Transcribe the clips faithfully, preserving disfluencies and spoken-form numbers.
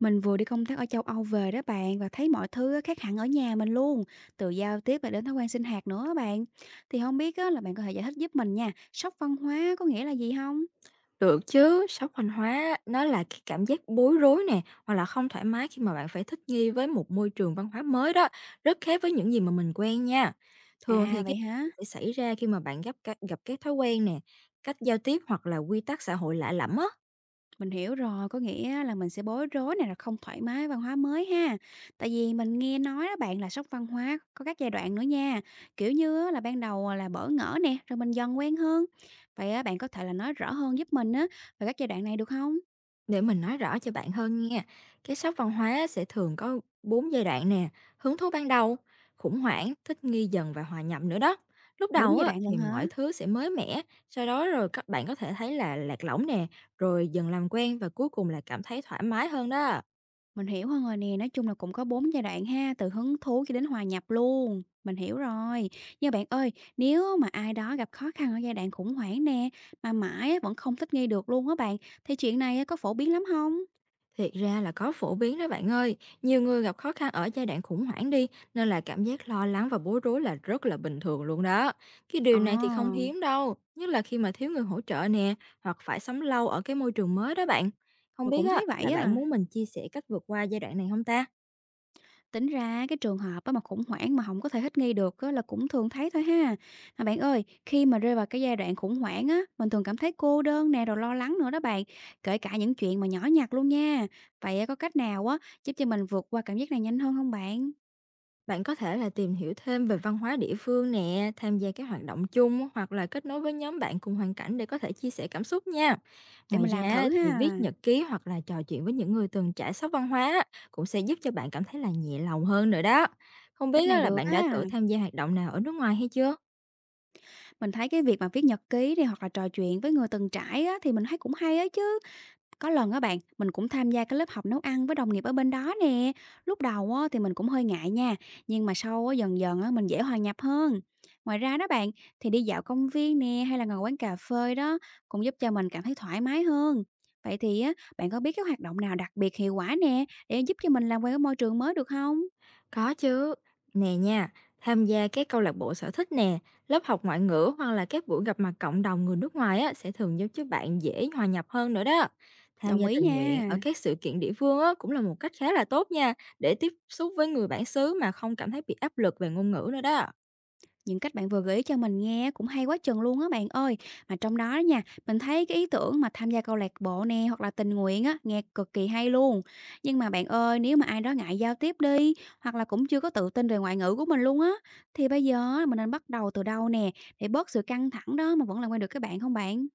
Mình vừa đi công tác ở châu Âu về đó bạn và thấy mọi thứ á, khác hẳn ở nhà mình luôn, từ giao tiếp và đến thói quen sinh hoạt nữa á bạn. Thì không biết á, là bạn có thể giải thích giúp mình nha, sốc văn hóa có nghĩa là gì không? Được chứ, sốc văn hóa nó là cái cảm giác bối rối nè, hoặc là không thoải mái khi mà bạn phải thích nghi với một môi trường văn hóa mới đó, rất khác với những gì mà mình quen nha. Thường thì À cái vậy hả? sẽ xảy ra khi mà bạn gặp gặp cái thói quen nè, cách giao tiếp hoặc là quy tắc xã hội lạ lẫm á. Mình hiểu rồi, có nghĩa là mình sẽ bối rối này là không thoải mái với văn hóa mới ha. Tại vì mình nghe nói đó bạn là sốc văn hóa có các giai đoạn nữa nha. Kiểu như á, là ban đầu là bỡ ngỡ nè, rồi mình dần quen hơn. Vậy á, bạn có thể là nói rõ hơn giúp mình á về các giai đoạn này được không? Để mình nói rõ cho bạn hơn nha, cái sốc văn hóa sẽ thường có bốn giai đoạn nè: hứng thú ban đầu, khủng hoảng, thích nghi dần và hòa nhập nữa đó. Lúc Bốn đầu giai á, đoạn thì lận hả? mọi thứ sẽ mới mẻ, sau đó rồi các bạn có thể thấy là lạc lõng nè, rồi dần làm quen và cuối cùng là cảm thấy thoải mái hơn đó. Mình hiểu hơn rồi nè, nói chung là cũng có bốn giai đoạn ha, từ hứng thú cho đến hòa nhập luôn. Mình hiểu rồi. Nhưng bạn ơi, nếu mà ai đó gặp khó khăn ở giai đoạn khủng hoảng nè, mà mãi á, vẫn không thích nghi được luôn á bạn, thì chuyện này á, có phổ biến lắm không? Thiệt ra là có phổ biến đó bạn ơi, nhiều người gặp khó khăn ở giai đoạn khủng hoảng đi, nên là cảm giác lo lắng và bối rối là rất là bình thường luôn đó. Cái điều Ờ, này thì không hiếm đâu, nhất là khi mà thiếu người hỗ trợ nè, hoặc phải sống lâu ở cái môi trường mới đó bạn. Không mình biết cũng á, thấy vậy là bạn á. muốn mình chia sẻ cách vượt qua giai đoạn này không ta? Tính ra cái trường hợp á mà khủng hoảng mà không có thể thích nghi được á là cũng thường thấy thôi ha. Mà bạn ơi, khi mà rơi vào cái giai đoạn khủng hoảng á, mình thường cảm thấy cô đơn nè, rồi lo lắng nữa đó bạn, kể cả những chuyện mà nhỏ nhặt luôn nha. Vậy á, có cách nào á giúp cho mình vượt qua cảm giác này nhanh hơn không bạn? Bạn có thể là tìm hiểu thêm về văn hóa địa phương nè, tham gia các hoạt động chung hoặc là kết nối với nhóm bạn cùng hoàn cảnh để có thể chia sẻ cảm xúc nha. Để Ngoài mình làm ra thử thì ha. viết nhật ký hoặc là trò chuyện với những người từng trải sóc văn hóa á, cũng sẽ giúp cho bạn cảm thấy là nhẹ lòng hơn nữa đó. Không Cách biết á, này là được bạn đã á. thử tham gia hoạt động nào ở nước ngoài hay chưa? Mình thấy cái việc mà viết nhật ký này hoặc là trò chuyện với người từng trải á thì mình thấy cũng hay ấy chứ. Có lần á bạn, mình cũng tham gia cái lớp học nấu ăn với đồng nghiệp ở bên đó nè. Lúc đầu á, thì mình cũng hơi ngại nha, nhưng mà sau á, dần dần á, mình dễ hòa nhập hơn. Ngoài ra đó bạn, thì đi dạo công viên nè hay là ngồi quán cà phê đó cũng giúp cho mình cảm thấy thoải mái hơn. Vậy thì á, bạn có biết cái hoạt động nào đặc biệt hiệu quả nè để giúp cho mình làm quen với môi trường mới được không? Có chứ. Nè nha, tham gia các câu lạc bộ sở thích nè, lớp học ngoại ngữ hoặc là các buổi gặp mặt cộng đồng người nước ngoài á, sẽ thường giúp cho bạn dễ hòa nhập hơn nữa đó. Tham Đồng gia ý tình nguyện ở nha. các sự kiện địa phương á, cũng là một cách khá là tốt nha, để tiếp xúc với người bản xứ mà không cảm thấy bị áp lực về ngôn ngữ nữa đó. Những cách bạn vừa gợi ý cho mình nghe cũng hay quá chừng luôn á bạn ơi. Mà trong đó đó nha, mình thấy cái ý tưởng mà tham gia câu lạc bộ nè hoặc là tình nguyện á, nghe cực kỳ hay luôn. Nhưng mà bạn ơi, nếu mà ai đó ngại giao tiếp đi hoặc là cũng chưa có tự tin về ngoại ngữ của mình luôn á, thì bây giờ á, mình nên bắt đầu từ đâu nè để bớt sự căng thẳng đó mà vẫn làm quen được các bạn không bạn?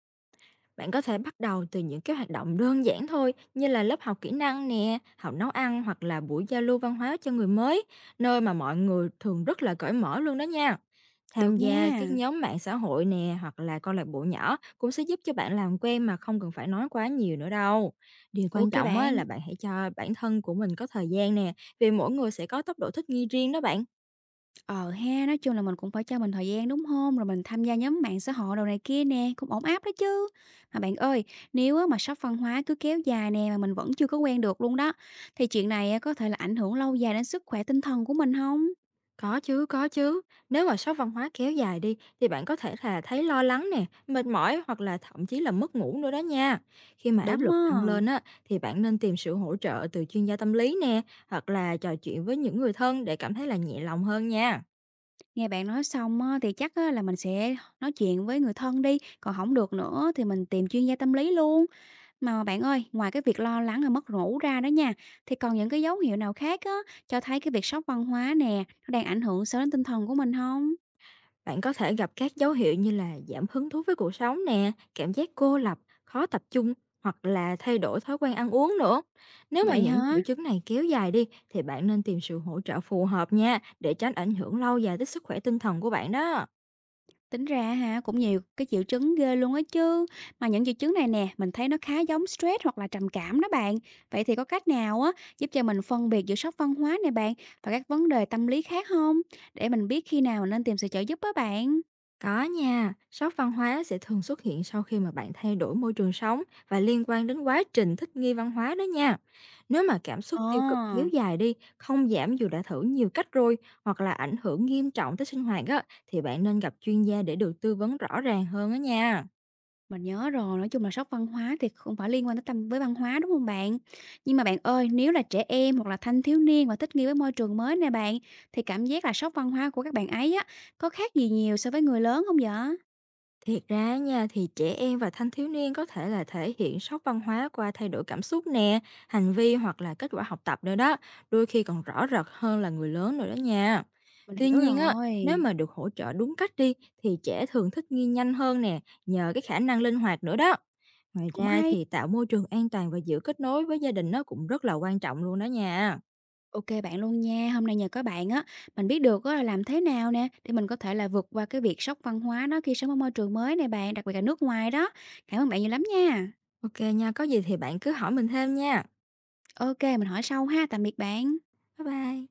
Bạn có thể bắt đầu từ những cái hoạt động đơn giản thôi, như là lớp học kỹ năng nè, học nấu ăn hoặc là buổi giao lưu văn hóa cho người mới, nơi mà mọi người thường rất là cởi mở luôn đó nha. Tham Được gia nha. các nhóm mạng xã hội nè hoặc là câu lạc bộ nhỏ cũng sẽ giúp cho bạn làm quen mà không cần phải nói quá nhiều nữa đâu. Điều quan Ok trọng á, bạn. là bạn hãy cho bản thân của mình có thời gian nè, vì mỗi người sẽ có tốc độ thích nghi riêng đó bạn. Ờ ha, nói chung là mình cũng phải cho mình thời gian, đúng không? Rồi mình tham gia nhóm mạng xã hội đồ này kia nè, cũng ổn áp đó chứ. Mà bạn ơi, nếu á mà sốc văn hóa cứ kéo dài nè mà mình vẫn chưa có quen được luôn đó, thì chuyện này á có thể là ảnh hưởng lâu dài đến sức khỏe tinh thần của mình không? Có chứ, có chứ. Nếu mà sốc văn hóa kéo dài đi thì bạn có thể là thấy lo lắng nè, mệt mỏi hoặc là thậm chí là mất ngủ nữa đó nha. Khi mà áp Đúng. lực Ờ, tăng á. lên á, thì bạn nên tìm sự hỗ trợ từ chuyên gia tâm lý nè, hoặc là trò chuyện với những người thân để cảm thấy là nhẹ lòng hơn nha. Nghe bạn nói xong á thì chắc á là mình sẽ nói chuyện với người thân đi, còn không được nữa thì mình tìm chuyên gia tâm lý luôn. Mà bạn ơi, ngoài cái việc lo lắng rồi mất ngủ ra đó nha, thì còn những cái dấu hiệu nào khác á, cho thấy cái việc sốc văn hóa nè, nó đang ảnh hưởng xấu đến tinh thần của mình không? Bạn có thể gặp các dấu hiệu như là giảm hứng thú với cuộc sống nè, cảm giác cô lập, khó tập trung hoặc là thay đổi thói quen ăn uống nữa. Nếu mà Vậy những hả? triệu chứng này kéo dài đi, thì bạn nên tìm sự hỗ trợ phù hợp nha, để tránh ảnh hưởng lâu dài tới sức khỏe tinh thần của bạn đó. Tính ra hả, cũng nhiều cái triệu chứng ghê luôn á chứ. Mà những triệu chứng này nè, mình thấy nó khá giống stress hoặc là trầm cảm đó bạn. Vậy thì có cách nào á, giúp cho mình phân biệt giữa sốc văn hóa này bạn, và các vấn đề tâm lý khác không? Để mình biết khi nào mình nên tìm sự trợ giúp á bạn. Có nha, sốc văn hóa sẽ thường xuất hiện sau khi mà bạn thay đổi môi trường sống và liên quan đến quá trình thích nghi văn hóa đó nha. Nếu mà cảm xúc Ờ. tiêu cực kéo dài đi, không giảm dù đã thử nhiều cách rồi, hoặc là ảnh hưởng nghiêm trọng tới sinh hoạt á, thì bạn nên gặp chuyên gia để được tư vấn rõ ràng hơn á nha. Mình nhớ rồi, nói chung là sốc văn hóa thì không phải liên quan tới tâm với văn hóa, đúng không bạn? Nhưng mà bạn ơi, nếu là trẻ em hoặc là thanh thiếu niên mà thích nghi với môi trường mới nè bạn, thì cảm giác là sốc văn hóa của các bạn ấy á, có khác gì nhiều so với người lớn không vậy? Thiệt ra nha, thì trẻ em và thanh thiếu niên có thể là thể hiện sốc văn hóa qua thay đổi cảm xúc nè, hành vi hoặc là kết quả học tập nữa đó, đôi khi còn rõ rệt hơn là người lớn rồi đó nha. Mình Tuy hiểu nhiên á, nếu rồi, mà được hỗ trợ đúng cách đi thì trẻ thường thích nghi nhanh hơn nè, nhờ cái khả năng linh hoạt nữa đó. Ngoài cũng ra hay. thì tạo môi trường an toàn và giữ kết nối với gia đình nó cũng rất là quan trọng luôn đó nha. Ok bạn luôn nha, hôm nay nhờ có bạn á, mình biết được á là làm thế nào nè, để mình có thể là vượt qua cái việc sốc văn hóa đó khi sống ở môi trường mới này bạn, đặc biệt là nước ngoài đó. Cảm ơn bạn nhiều lắm nha. Ok nha, có gì thì bạn cứ hỏi mình thêm nha. Ok mình hỏi sau ha, tạm biệt bạn. Bye bye.